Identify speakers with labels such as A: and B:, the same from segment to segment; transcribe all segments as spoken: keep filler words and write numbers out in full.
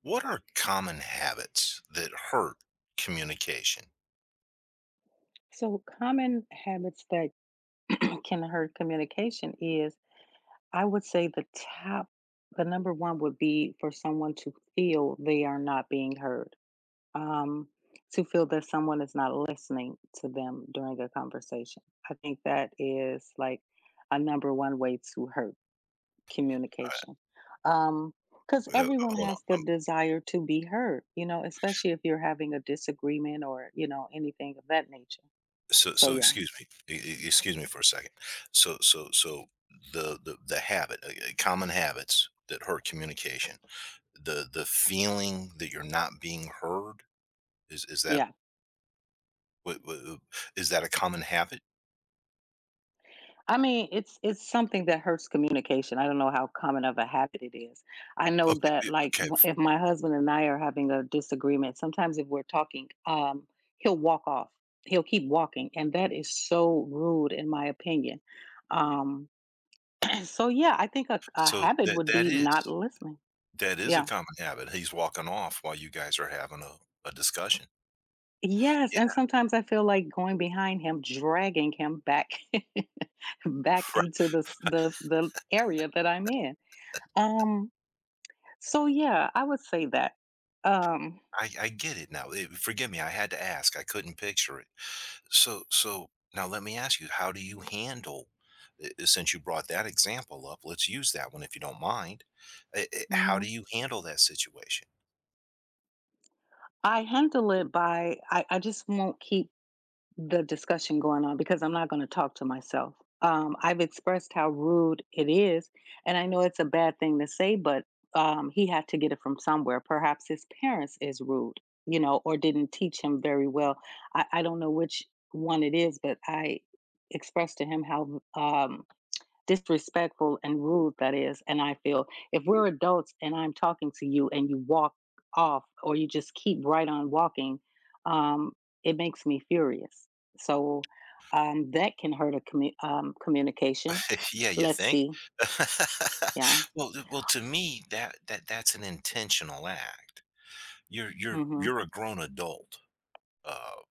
A: What are common habits that hurt communication?
B: So, common habits that can hurt communication is, I would say, the top, the number one would be for someone to feel they are not being heard, um, to feel that someone is not listening to them during a conversation. I think that is like a number one way to hurt communication. Um, because
A: All right, uh,
B: everyone
A: hold on.
B: has the
A: Um,
B: desire to be heard, you know, especially if you're having a disagreement or, you know, anything of that nature.
A: so,
B: So,
A: so
B: yeah.
A: excuse me. E- e- excuse me for a second. So, so, so the the the habit, uh, uh, common habits that hurt communication. The the feeling that you're not being heard is is that
B: Yeah,
A: wha- wha- is that a common habit?
B: I mean, it's it's something that hurts communication. I don't know how common of a habit it is. I know
A: Okay,
B: that,
A: it-
B: like,
A: okay.
B: w- if my husband and I are having a disagreement, sometimes if we're talking, um, he'll walk off. He'll keep walking, and that is so rude, in my opinion. Um, so yeah, I think a, a
A: So
B: habit
A: that
B: would
A: that
B: be
A: is
B: not listening.
A: that is a
B: Yeah.
A: common habit. He's walking off while you guys are having a, a discussion.
B: Yes, and sometimes I feel like going behind him, dragging him back, back
A: Yeah,
B: into the s- the the area that I'm in. Um, So yeah, I would say that. Um,
A: I, I get it now. It, forgive me, I had to ask. I couldn't picture it. So, so now let me ask you: how do you handle? uh, Since you brought that example up, let's use that one if you don't mind. Uh, uh, How do
B: mhm.
A: you handle that situation?
B: I handle it by I, I just won't keep the discussion going on because I'm not going to talk to myself. Um, I've expressed how rude it is, and I know it's a bad thing to say, but um, he had to get it from somewhere. Perhaps his parents is rude, you know, or didn't teach him very well. I, I don't know which one it is, but I expressed to him how um, disrespectful and rude that is. And I feel if we're adults and I'm talking to you and you walk off or you just keep right on walking, um, it makes me furious. So um, that can hurt a commu- um, communication.
A: Yeah, you
B: Let's
A: think?
B: see. Yeah.
A: well, well, to me, that that that's an intentional act. You're you're
B: Hmm.
A: you're a grown adult. Uh,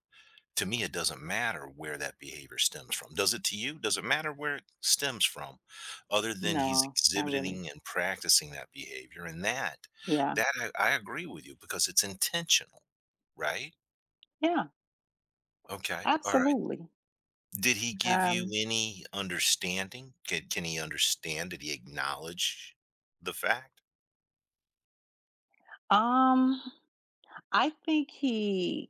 A: to me, it doesn't matter where that behavior stems from. Does it to you? Does it matter where it stems from, other than he's
B: No, not really.
A: exhibiting and practicing that behavior? And that,
B: Yeah.
A: that I, I agree with you because it's intentional, right?
B: Yeah.
A: Okay, all right.
B: Absolutely.
A: Did he give you
B: Um,
A: any understanding? Can, can he understand? Did he acknowledge the fact?
B: um. I think he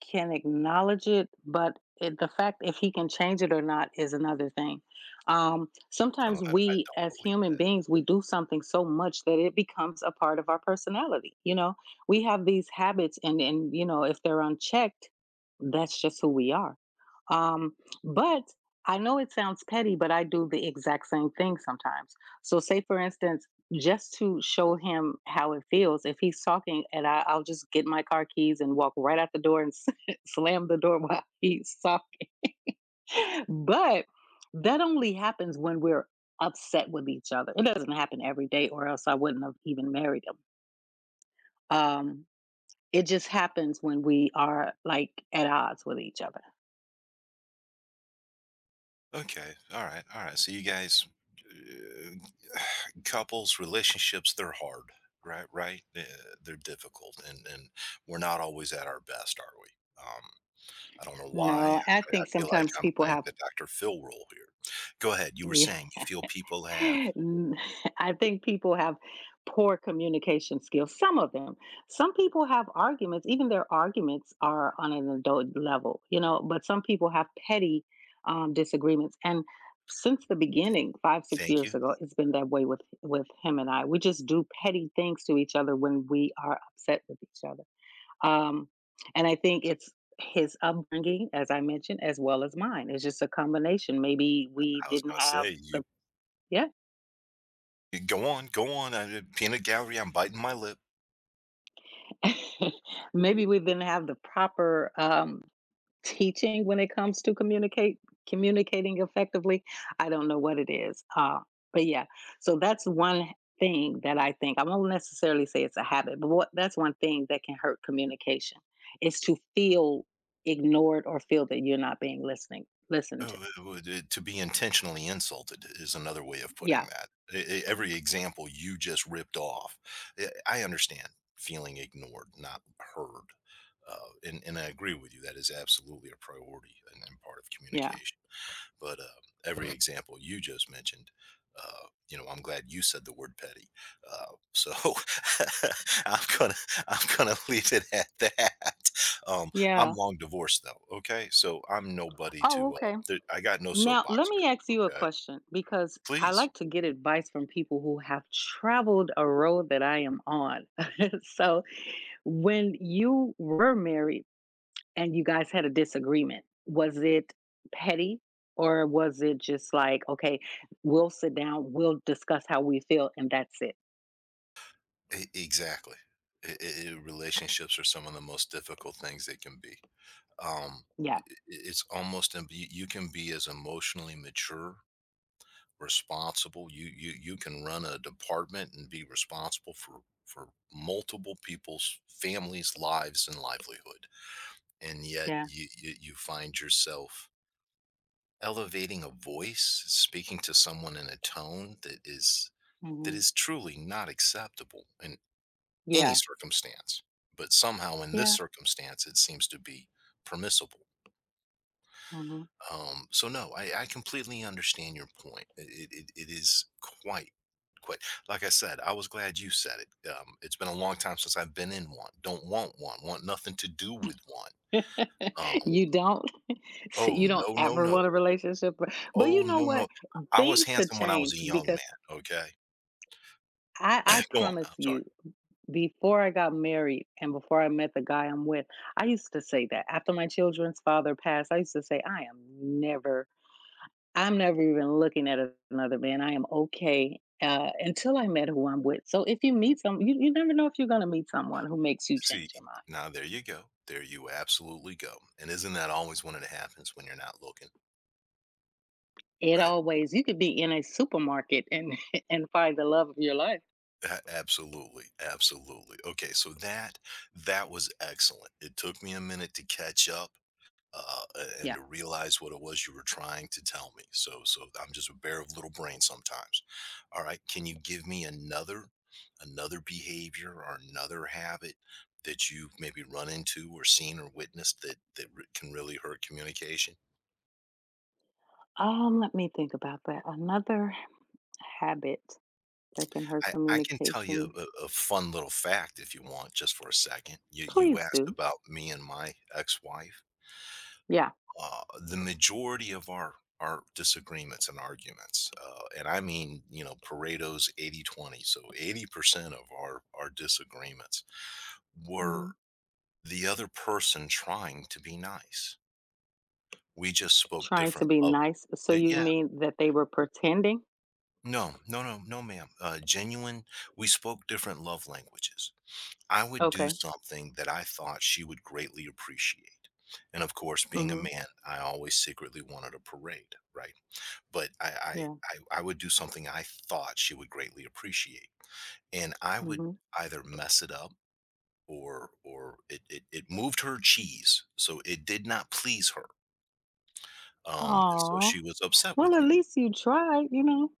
B: can acknowledge it, but it, the fact if he can change it or not is another thing. Um,
A: Oh,
B: sometimes
A: I, I
B: we, as
A: don't believe
B: human
A: that.
B: beings, we do something so much that it becomes a part of our personality. You know, we have these habits, and and you know, if they're unchecked, that's just who we are. Um, but I know it sounds petty, but I do the exact same thing sometimes. So, say for instance, just to show him how it feels. If he's talking and I I'll just get my car keys and walk right out the door and slam the door while he's talking. But that only happens when we're upset with each other. It doesn't happen every day or else I wouldn't have even married him. Um, it just happens when we are like at odds with each other.
A: Okay. All right. All right. So you guys, uh, couples, relationships, they're hard, right? Right? Uh, They're difficult, and and we're not always at our best, are we? Um, I don't know why.
B: No, I
A: I I
B: think
A: feel like
B: sometimes
A: I'm
B: people
A: playing
B: have.
A: the Doctor Phil role here. Go ahead. You were
B: Yeah.
A: saying you feel people have.
B: N- I think people have poor communication skills. Some of them. Some people have arguments. Even their arguments are on an adult level, you know, but some people have petty um, disagreements. And since the
A: eh,
B: beginning, five, six
A: Thank
B: years
A: you.
B: ago, it's been that way with, with him and I. We just do petty things to each other when we are upset with each other. Um, and I think it's his upbringing, as I mentioned, as well as mine. It's just a combination. Maybe we
A: I was
B: didn't
A: gonna
B: have
A: say you.
B: the — yeah.
A: You go on. Go on. I, eh, peanut gallery. I'm biting my lip.
B: Maybe we didn't have the proper, um, teaching when it comes to communicate communicating effectively. I don't know what it is, uh, but yeah. So that's one thing that I think I won't necessarily say it's a habit, but what that's one thing that can hurt communication is to feel ignored or feel that you're not being listening listened to.
A: Oh, it would eh, to be intentionally insulted is another way of putting
B: Yeah,
A: that. E e Every example you just ripped off, eh, I understand feeling ignored, not heard, uh, and and I agree with you, that is absolutely a priority and and part of
B: yeah,
A: communication but uh, every example you just mentioned uh, you know I'm glad you said the word petty. uh, so i'm gonna i'm gonna leave it at that. um, I'm
B: yeah.
A: long divorced though. Okay, so I'm nobody
B: Oh,
A: to uh,
B: okay.
A: there, I got no
B: Now, let
A: soapbox
B: me
A: here.
B: ask you a
A: Okay,
B: question because I
A: please.
B: like to get advice from people who have traveled a road that I am on. So, when you were married and you guys had a disagreement, was it petty or was it just like, okay, we'll sit down, we'll discuss how we feel, and that's it?
A: E- exactly. I I I- relationships are some of the most difficult things they can be. um, i-
B: Yeah.
A: i- it's almost im- you you can be as emotionally mature, responsible. You you you can run a department and be responsible for for multiple people's families, lives, and livelihood. And yet
B: Yeah.
A: you you, you find yourself elevating a voice, speaking to someone in a tone that is that
B: Hmm.
A: is truly not acceptable in any
B: Yeah.
A: circumstance. But somehow in this
B: Yeah.
A: circumstance it seems to be permissible.
B: Mhm.
A: Um, so no, I, I completely understand your point. It, it, it is quite, quite. Like I said, I was glad you said it. Um, it's been a long time since I've been in one. Don't want one. Want nothing to do with one. Um,
B: You don't see,
A: oh
B: you don't
A: no, no,
B: ever
A: no.
B: want a relationship, but, but
A: Oh
B: you know
A: no,
B: what,
A: no. I was
B: things could
A: handsome when I was a
B: change
A: young
B: because
A: man. Okay,
B: I, I
A: go on.
B: promise
A: I'm sorry.
B: you, before I got married and before I met the guy I'm with, I used to say that after my children's father passed, I used to say, i am never I'm never even looking at another man. I am okay, uh, until I met who I'm with. So if you meet some — you, you never know if you're going to meet someone who makes you
A: See,
B: change your mind.
A: now there you go. There you absolutely go. And isn't that always when it happens when you're not looking,
B: It
A: right?
B: always — you could be in a supermarket and and find the love of your life.
A: A- Absolutely, absolutely. Okay, so that that was excellent. It took me a minute to catch up uh, a- and
B: Yeah.
A: to realize what it was you were trying to tell me. So, so I'm just a bear of little brain sometimes. All right, can you give me another another behavior or another habit that you've maybe run into or seen or witnessed that that re- can really hurt communication?
B: Um, let me think about that. Another habit that can hurt
A: I, I can tell you
B: communication.
A: a, a fun little fact if you want, just for a second. You you
B: Please
A: asked
B: do.
A: about me and my ex-wife.
B: Yeah.
A: Uh, the majority of our our disagreements and arguments, uh, and I mean, you know, Pareto's eighty twenty. So eighty percent of our our disagreements were
B: Mhm.
A: the other person trying to be nice. We just spoke
B: Trying to
A: different
B: be
A: of
B: nice. So
A: uh,
B: you
A: yeah,
B: mean that they were pretending?
A: no no no no ma'am, uh, genuine. We spoke different love languages. I would do
B: Okay.
A: something that I thought she would greatly appreciate, and of course being a
B: Mm-hmm.
A: man, I always secretly wanted a parade, right? but I, I
B: Yeah.
A: I I would do something I thought she would greatly appreciate, and I would
B: Mm-hmm.
A: either mess it up or or it it, it moved her cheese, so it did not please her. Um, so
B: Oh.
A: she was upset
B: Well,
A: with
B: at
A: me.
B: least you tried, you know.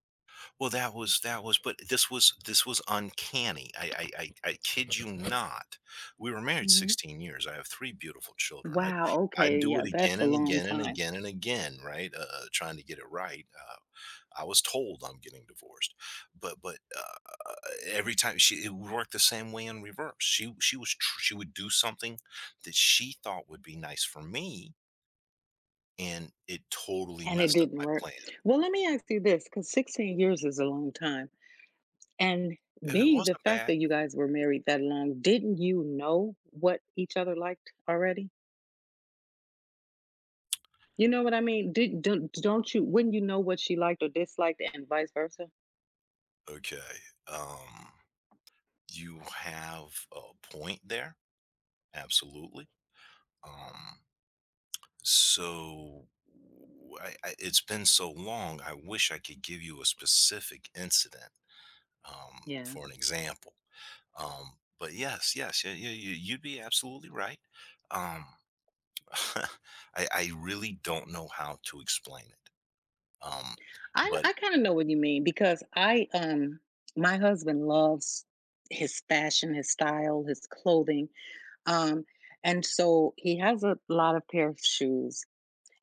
A: Well, that was that was but this was this was uncanny. I I I I kid you not. We were married
B: Hmm.
A: sixteen years. I have three beautiful children. i
B: Wow.
A: i
B: Okay.
A: do it
B: Yeah,
A: again
B: that's a
A: and
B: long
A: again and
B: time.
A: again and again, right? Uh, uh, trying to get it right. Uh, I was told I'm getting divorced, but but uh, every time she it would work the same way in reverse. She she was tr- she would do something that she thought would be nice for me, and it totally
B: And it
A: messed up
B: didn't
A: my
B: work.
A: plan.
B: Well, let me ask you this, because sixteen years is a long time. And
A: It
B: being the
A: wasn't
B: fact
A: bad.
B: that you guys were married that long, didn't you know what each other liked already? You know what I mean? Did don't, don't you Wouldn't you know what she liked or disliked and vice versa?
A: Okay. Um You have a point there, absolutely. Um, so w- I, I- it's been so long. I wish I could give you a specific incident um,
B: Yeah.
A: for an example. Um, but yes, yes, yeah, yeah, you, you'd be absolutely right. Um, I, I really don't know how to explain it. Um,
B: I
A: but
B: I kind of know what you mean because I um my husband loves his fashion, his style, his clothing. Um and so he has a lot of pair of shoes.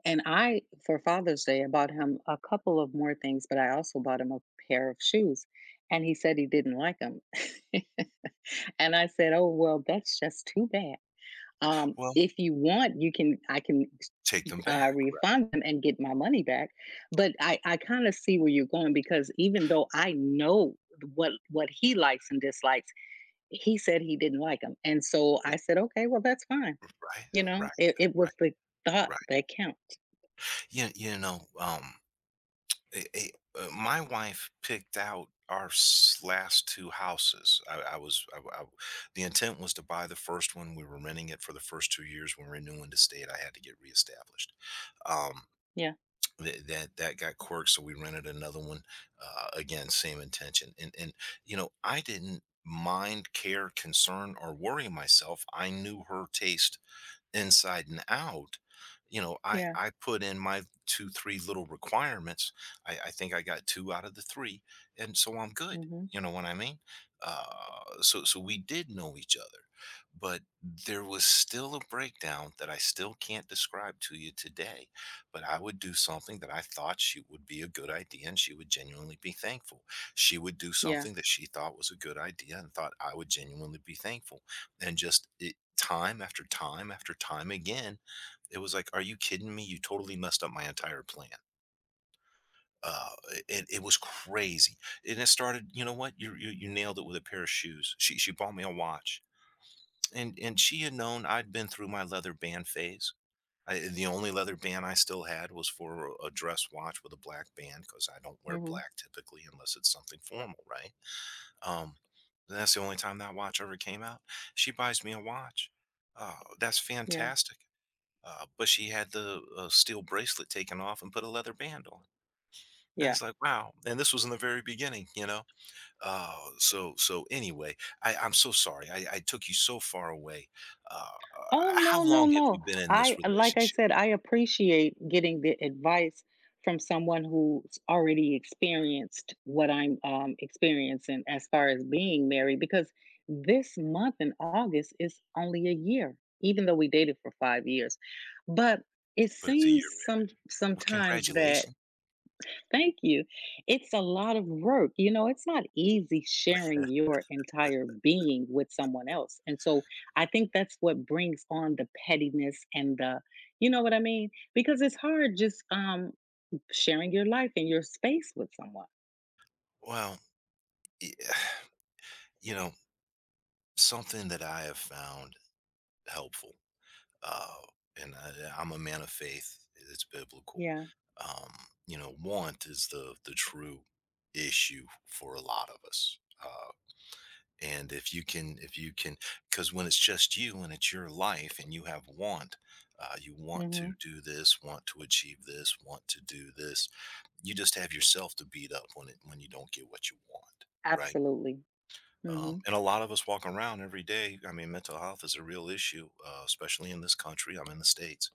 B: And I, for Father's Day, I bought him a couple of more things, but I also bought him a pair of shoes. And he said he didn't like them. And I said, "Oh well, that's just too bad. Um,
A: well,
B: if you want, you can I can
A: take them
B: uh,
A: back, right?
B: refund them and get my money back." But I I kind of see where you're going because even though I know what what he likes and dislikes, he said he didn't like them, and so
A: eh,
B: I said, "Okay, well that's fine."
A: Right,
B: You
A: right,
B: know, it, it
A: right,
B: was the thought
A: right.
B: that counts.
A: You you know. Um, a, a, uh, my wife picked out our s- last two houses. I, I was I, I- The intent was to buy the first one. We were renting it for the first two years. When renewing the state, I had to get reestablished. Um,
B: Yeah,
A: th- that that got quirked, so we rented another one. Uh, again, same intention. And and you know, I didn't mind, care, concern, or worry myself. I knew her taste inside and out. You know, i
B: yeah.
A: i put in my two three little requirements. I i think I got two out of the three, and so I'm good,
B: Hmm.
A: you know what I mean? Uh so so we did know each other, but there was still a breakdown that I still can't describe to you today. But I would do something that I thought she would be a good idea and she would genuinely be thankful. She would do
B: Yeah.
A: something that she thought was a good idea and thought I would genuinely be thankful. And just it, time after time after time again, it was like, "Are you kidding me? You totally messed up my entire plan." Uh, it, it was crazy, and it started. You know what? You, you you nailed it with a pair of shoes. She she bought me a watch, and and she had known I'd been through my leather band phase. I, the only leather band I still had was for a dress watch with a black band, because I don't wear
B: Hmm.
A: black typically unless it's something formal, right? Um, that's the only time that watch ever came out. She buys me a watch. Uh, that's
B: Yeah.
A: fantastic. Uh, but she had the uh, steel bracelet taken off and put a leather band on. And
B: Yeah.
A: it's like, wow. And this was in the very beginning, you know? Uh, so, so anyway, I, I'm so sorry. I, I took you so far away. Uh, uh,
B: Oh
A: how
B: no, no,
A: long have you
B: no.
A: been in this
B: I like I
A: relationship?
B: said, I appreciate getting the advice from someone who's already experienced what I'm um, experiencing as far as being married, because this month in August is only a year, even though we dated for five years. But it
A: But it's a
B: seems
A: year
B: some
A: married. Well,
B: sometimes that —
A: congratulations.
B: thank you. It's a lot of work. You know, it's not easy sharing your entire being with someone else. And so I think that's what brings on the pettiness and the — you know what I mean? Because it's hard just um sharing your life and your space with someone.
A: Well, y- you know, something that I have found helpful, uh, and I, yeah, I'm a man of faith. It's biblical.
B: Yeah.
A: Um, you know, want is the the true issue for a lot of us. Uh, and if you can, if you can, because when it's just you and it's your life, and you have want, uh, you want to
B: Hmm.
A: do this, want to achieve this, want to do this. You just have yourself to beat up when it when you don't get what you want, right?
B: Absolutely.
A: Um,
B: Hmm.
A: and a lot of us walk around every day. I mean, mental health is a real issue, uh, especially in this country. I'm in the states,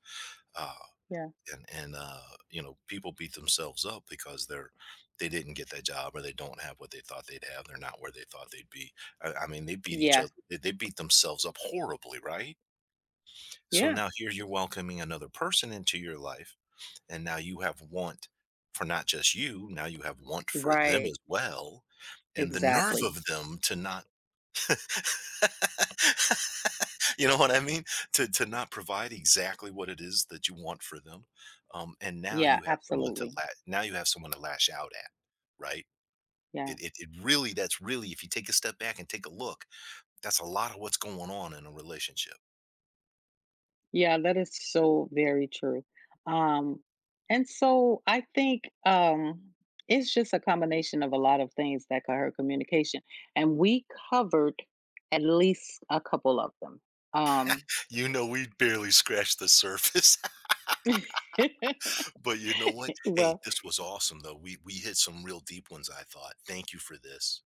A: uh,
B: Yeah.
A: and and uh, you know, people beat themselves up because they're they didn't get that job, or they don't have what they thought they'd have, they're not where they thought they'd be. i, I mean, they beat each other,
B: Yeah.
A: they, they beat themselves up horribly, right? So
B: Yeah.
A: now here you're welcoming another person into your life, and now you have want for not just you, now you have want for them
B: Right.
A: as well, and the nerve
B: Exactly.
A: of them to not you know what I mean? To to not provide exactly what it is that you want for them, um, and now
B: Yeah.
A: you have someone to
B: Absolutely.
A: la now you have someone to lash out at, right?
B: Yeah.
A: It it it really that's really if you take a step back and take a look, that's a lot of what's going on in a relationship.
B: Yeah, that is so very true. Um, and so I think um, it's just a combination of a lot of things that could hurt communication. And we covered at least a couple of them. Um,
A: You know, we barely scratched the surface, but you know what? Hey,
B: well,
A: this was awesome though. We we hit some real deep ones, I thought. Thank you for this.